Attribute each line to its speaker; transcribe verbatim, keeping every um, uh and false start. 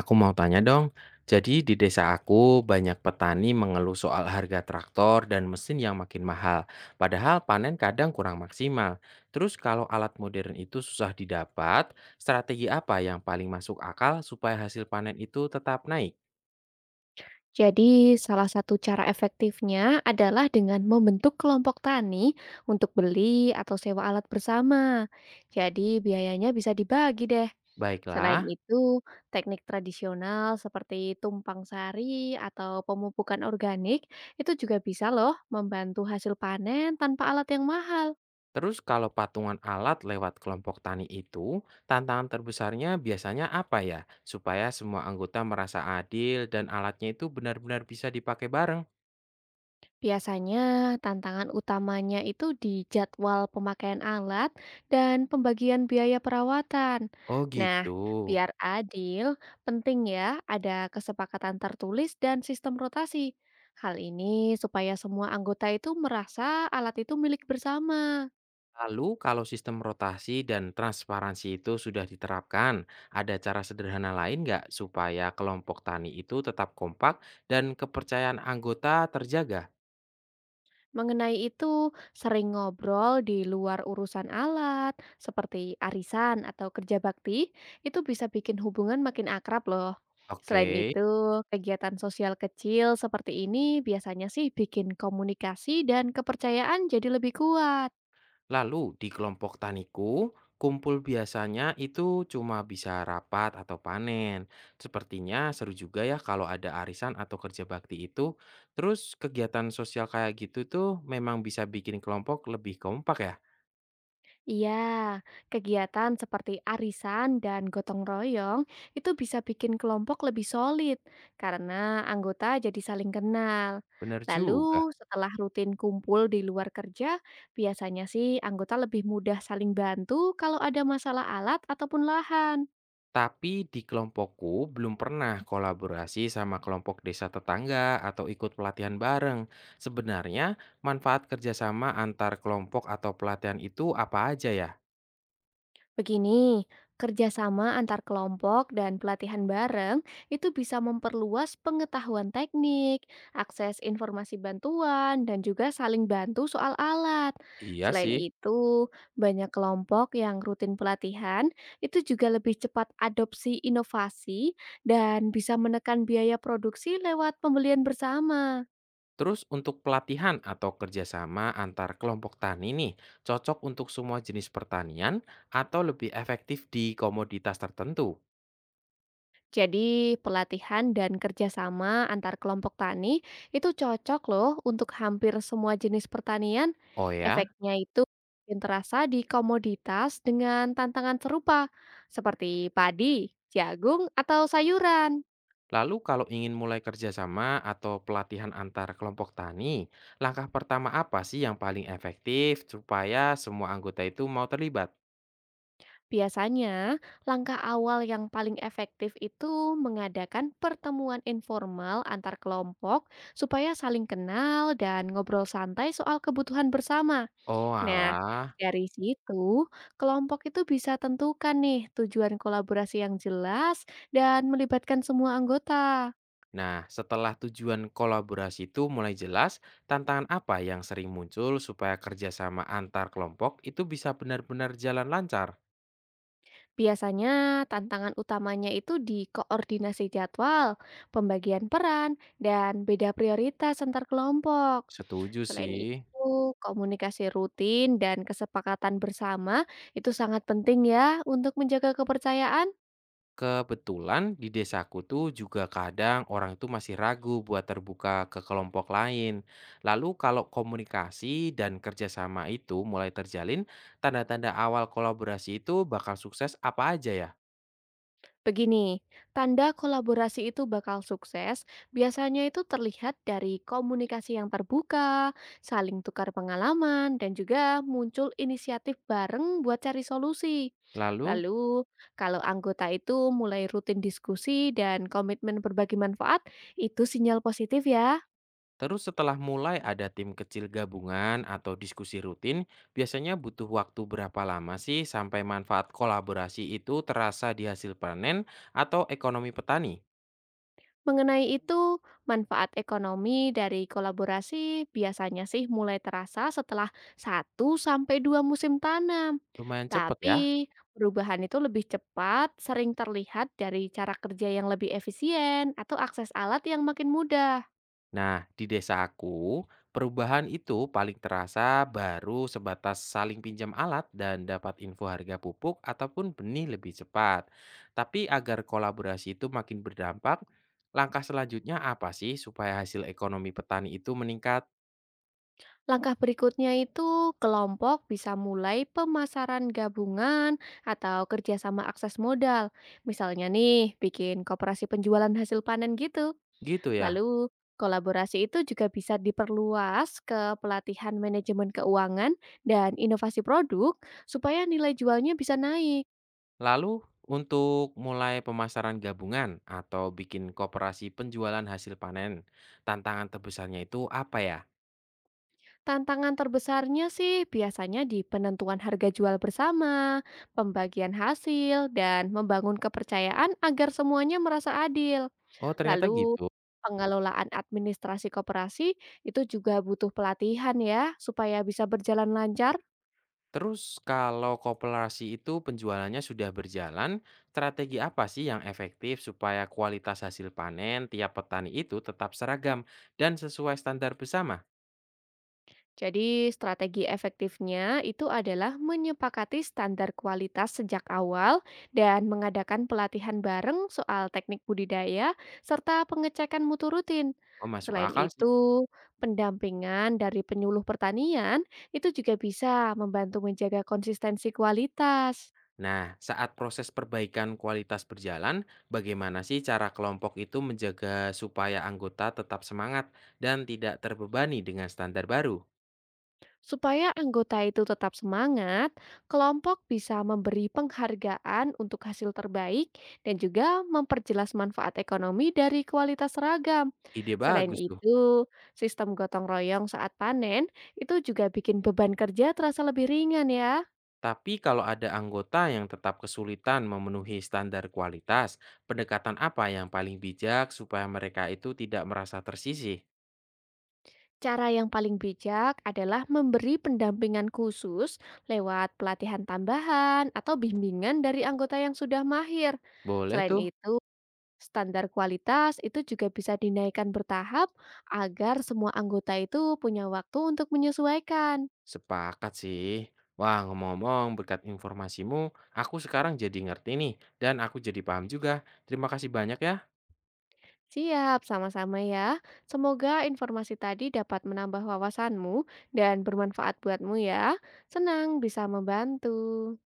Speaker 1: Aku mau tanya dong, jadi di desa aku banyak petani mengeluh soal harga traktor dan mesin yang makin mahal, padahal panen kadang kurang maksimal. Terus kalau alat modern itu susah didapat, strategi apa yang paling masuk akal supaya hasil panen itu tetap naik?
Speaker 2: Jadi, salah satu cara efektifnya adalah dengan membentuk kelompok tani untuk beli atau sewa alat bersama. Jadi, biayanya bisa dibagi deh. Selain
Speaker 1: Baiklah,
Speaker 2: itu, teknik tradisional seperti tumpang sari atau pemupukan organik itu juga bisa loh membantu hasil panen tanpa alat yang mahal.
Speaker 1: terus kalau patungan alat lewat kelompok tani itu, tantangan terbesarnya biasanya apa ya? Supaya semua anggota merasa adil dan alatnya itu benar-benar bisa dipakai bareng.
Speaker 2: Biasanya tantangan utamanya itu di jadwal pemakaian alat dan pembagian biaya perawatan.
Speaker 1: Oh
Speaker 2: Nah,
Speaker 1: gitu.
Speaker 2: biar adil, penting ya ada kesepakatan tertulis dan sistem rotasi. Hal ini supaya semua anggota itu merasa alat itu milik bersama.
Speaker 1: Lalu, kalau sistem rotasi dan transparansi itu sudah diterapkan, ada cara sederhana lain nggak supaya kelompok tani itu tetap kompak dan kepercayaan anggota terjaga?
Speaker 2: Mengenai itu, sering ngobrol di luar urusan alat, seperti arisan atau kerja bakti, itu bisa bikin hubungan makin akrab loh.
Speaker 1: Oke,
Speaker 2: Selain itu, kegiatan sosial kecil seperti ini biasanya sih bikin komunikasi dan kepercayaan jadi lebih kuat.
Speaker 1: lalu di kelompok taniku, kumpul biasanya itu cuma bisa rapat atau panen. Sepertinya seru juga ya kalau ada arisan atau kerja bakti itu. Terus kegiatan sosial kayak gitu tuh memang bisa bikin kelompok lebih kompak ya?
Speaker 2: Iya, kegiatan seperti arisan dan gotong royong itu bisa bikin kelompok lebih solid karena anggota jadi saling kenal.
Speaker 1: Bener
Speaker 2: Lalu
Speaker 1: juga.
Speaker 2: setelah rutin kumpul di luar kerja, biasanya sih anggota lebih mudah saling bantu kalau ada masalah alat ataupun lahan.
Speaker 1: Tapi di kelompokku belum pernah kolaborasi sama kelompok desa tetangga atau ikut pelatihan bareng. Sebenarnya manfaat kerjasama antar kelompok atau pelatihan itu apa aja ya?
Speaker 2: Begini, kerjasama antar kelompok dan pelatihan bareng itu bisa memperluas pengetahuan teknik, akses informasi bantuan, dan juga saling bantu soal alat.
Speaker 1: Iya
Speaker 2: Selain
Speaker 1: sih.
Speaker 2: itu, banyak kelompok yang rutin pelatihan itu juga lebih cepat adopsi inovasi dan bisa menekan biaya produksi lewat pembelian bersama.
Speaker 1: Terus untuk pelatihan atau kerjasama antar kelompok tani nih, cocok untuk semua jenis pertanian atau lebih efektif di komoditas tertentu?
Speaker 2: Jadi pelatihan dan kerjasama antar kelompok tani itu cocok loh untuk hampir semua jenis pertanian.
Speaker 1: Oh ya?
Speaker 2: Efeknya itu makin terasa di komoditas dengan tantangan serupa seperti padi, jagung, atau sayuran.
Speaker 1: Lalu kalau ingin mulai kerjasama atau pelatihan antar kelompok tani, langkah pertama apa sih yang paling efektif supaya semua anggota itu mau terlibat?
Speaker 2: Biasanya, langkah awal yang paling efektif itu mengadakan pertemuan informal antar kelompok supaya saling kenal dan ngobrol santai soal kebutuhan bersama.
Speaker 1: Oh
Speaker 2: Nah,
Speaker 1: alah,
Speaker 2: dari situ kelompok itu bisa tentukan nih tujuan kolaborasi yang jelas dan melibatkan semua anggota.
Speaker 1: nah setelah tujuan kolaborasi itu mulai jelas, tantangan apa yang sering muncul supaya kerjasama antar kelompok itu bisa benar-benar jalan lancar?
Speaker 2: Biasanya tantangan utamanya itu di koordinasi jadwal, pembagian peran, dan beda prioritas antar kelompok.
Speaker 1: Setuju
Speaker 2: Selain
Speaker 1: sih.
Speaker 2: itu, komunikasi rutin dan kesepakatan bersama itu sangat penting ya untuk menjaga kepercayaan.
Speaker 1: Kebetulan di desaku tuh juga kadang orang itu masih ragu buat terbuka ke kelompok lain. Lalu kalau komunikasi dan kerjasama itu mulai terjalin, tanda-tanda awal kolaborasi itu bakal sukses apa aja ya?
Speaker 2: Begini, tanda kolaborasi itu bakal sukses biasanya itu terlihat dari komunikasi yang terbuka, saling tukar pengalaman, dan juga muncul inisiatif bareng buat cari solusi.
Speaker 1: Lalu,
Speaker 2: Lalu, kalau anggota itu mulai rutin diskusi dan komitmen berbagi manfaat, itu sinyal positif ya.
Speaker 1: terus setelah mulai ada tim kecil gabungan atau diskusi rutin, biasanya butuh waktu berapa lama sih sampai manfaat kolaborasi itu terasa di hasil panen atau ekonomi petani?
Speaker 2: Mengenai itu, manfaat ekonomi dari kolaborasi biasanya sih mulai terasa setelah satu sampai dua musim tanam.
Speaker 1: Lumayan cepet ya.
Speaker 2: Tapi perubahan itu lebih cepat, sering terlihat dari cara kerja yang lebih efisien atau akses alat yang makin mudah.
Speaker 1: Nah, di desaku, perubahan itu paling terasa baru sebatas saling pinjam alat dan dapat info harga pupuk ataupun benih lebih cepat. Tapi agar kolaborasi itu makin berdampak, langkah selanjutnya apa sih supaya hasil ekonomi petani itu meningkat?
Speaker 2: Langkah berikutnya itu kelompok bisa mulai pemasaran gabungan atau kerjasama akses modal. Misalnya nih, bikin koperasi penjualan hasil panen gitu.
Speaker 1: Gitu ya.
Speaker 2: Lalu, kolaborasi itu juga bisa diperluas ke pelatihan manajemen keuangan dan inovasi produk supaya nilai jualnya bisa naik.
Speaker 1: Lalu, untuk mulai pemasaran gabungan atau bikin koperasi penjualan hasil panen, tantangan terbesarnya itu apa ya?
Speaker 2: Tantangan terbesarnya sih biasanya di penentuan harga jual bersama, pembagian hasil, dan membangun kepercayaan agar semuanya merasa adil.
Speaker 1: Oh, ternyata
Speaker 2: Lalu,
Speaker 1: gitu.
Speaker 2: pengelolaan administrasi koperasi itu juga butuh pelatihan ya, supaya bisa berjalan lancar.
Speaker 1: Terus kalau koperasi itu penjualannya sudah berjalan, strategi apa sih yang efektif supaya kualitas hasil panen tiap petani itu tetap seragam dan sesuai standar bersama?
Speaker 2: Jadi, strategi efektifnya itu adalah menyepakati standar kualitas sejak awal dan mengadakan pelatihan bareng soal teknik budidaya serta pengecekan mutu rutin.
Speaker 1: Oh, masuk
Speaker 2: Selain
Speaker 1: akal sih.
Speaker 2: itu, pendampingan dari penyuluh pertanian itu juga bisa membantu menjaga konsistensi kualitas.
Speaker 1: Nah, saat proses perbaikan kualitas berjalan, bagaimana sih cara kelompok itu menjaga supaya anggota tetap semangat dan tidak terbebani dengan standar baru?
Speaker 2: Supaya anggota itu tetap semangat, kelompok bisa memberi penghargaan untuk hasil terbaik dan juga memperjelas manfaat ekonomi dari kualitas seragam.
Speaker 1: Ide
Speaker 2: Selain
Speaker 1: bagus tuh.
Speaker 2: itu, sistem gotong royong saat panen itu juga bikin beban kerja terasa lebih ringan ya.
Speaker 1: Tapi kalau ada anggota yang tetap kesulitan memenuhi standar kualitas, pendekatan apa yang paling bijak supaya mereka itu tidak merasa tersisih?
Speaker 2: Cara yang paling bijak adalah memberi pendampingan khusus lewat pelatihan tambahan atau bimbingan dari anggota yang sudah mahir.
Speaker 1: Boleh
Speaker 2: Selain
Speaker 1: tuh?
Speaker 2: itu, standar kualitas itu juga bisa dinaikkan bertahap agar semua anggota itu punya waktu untuk menyesuaikan.
Speaker 1: Sepakat sih. Wah, ngomong-ngomong, berkat informasimu, aku sekarang jadi ngerti nih, dan aku jadi paham juga. Terima kasih banyak ya.
Speaker 2: Siap, sama-sama ya. Semoga informasi tadi dapat menambah wawasanmu dan bermanfaat buatmu ya. Senang bisa membantu.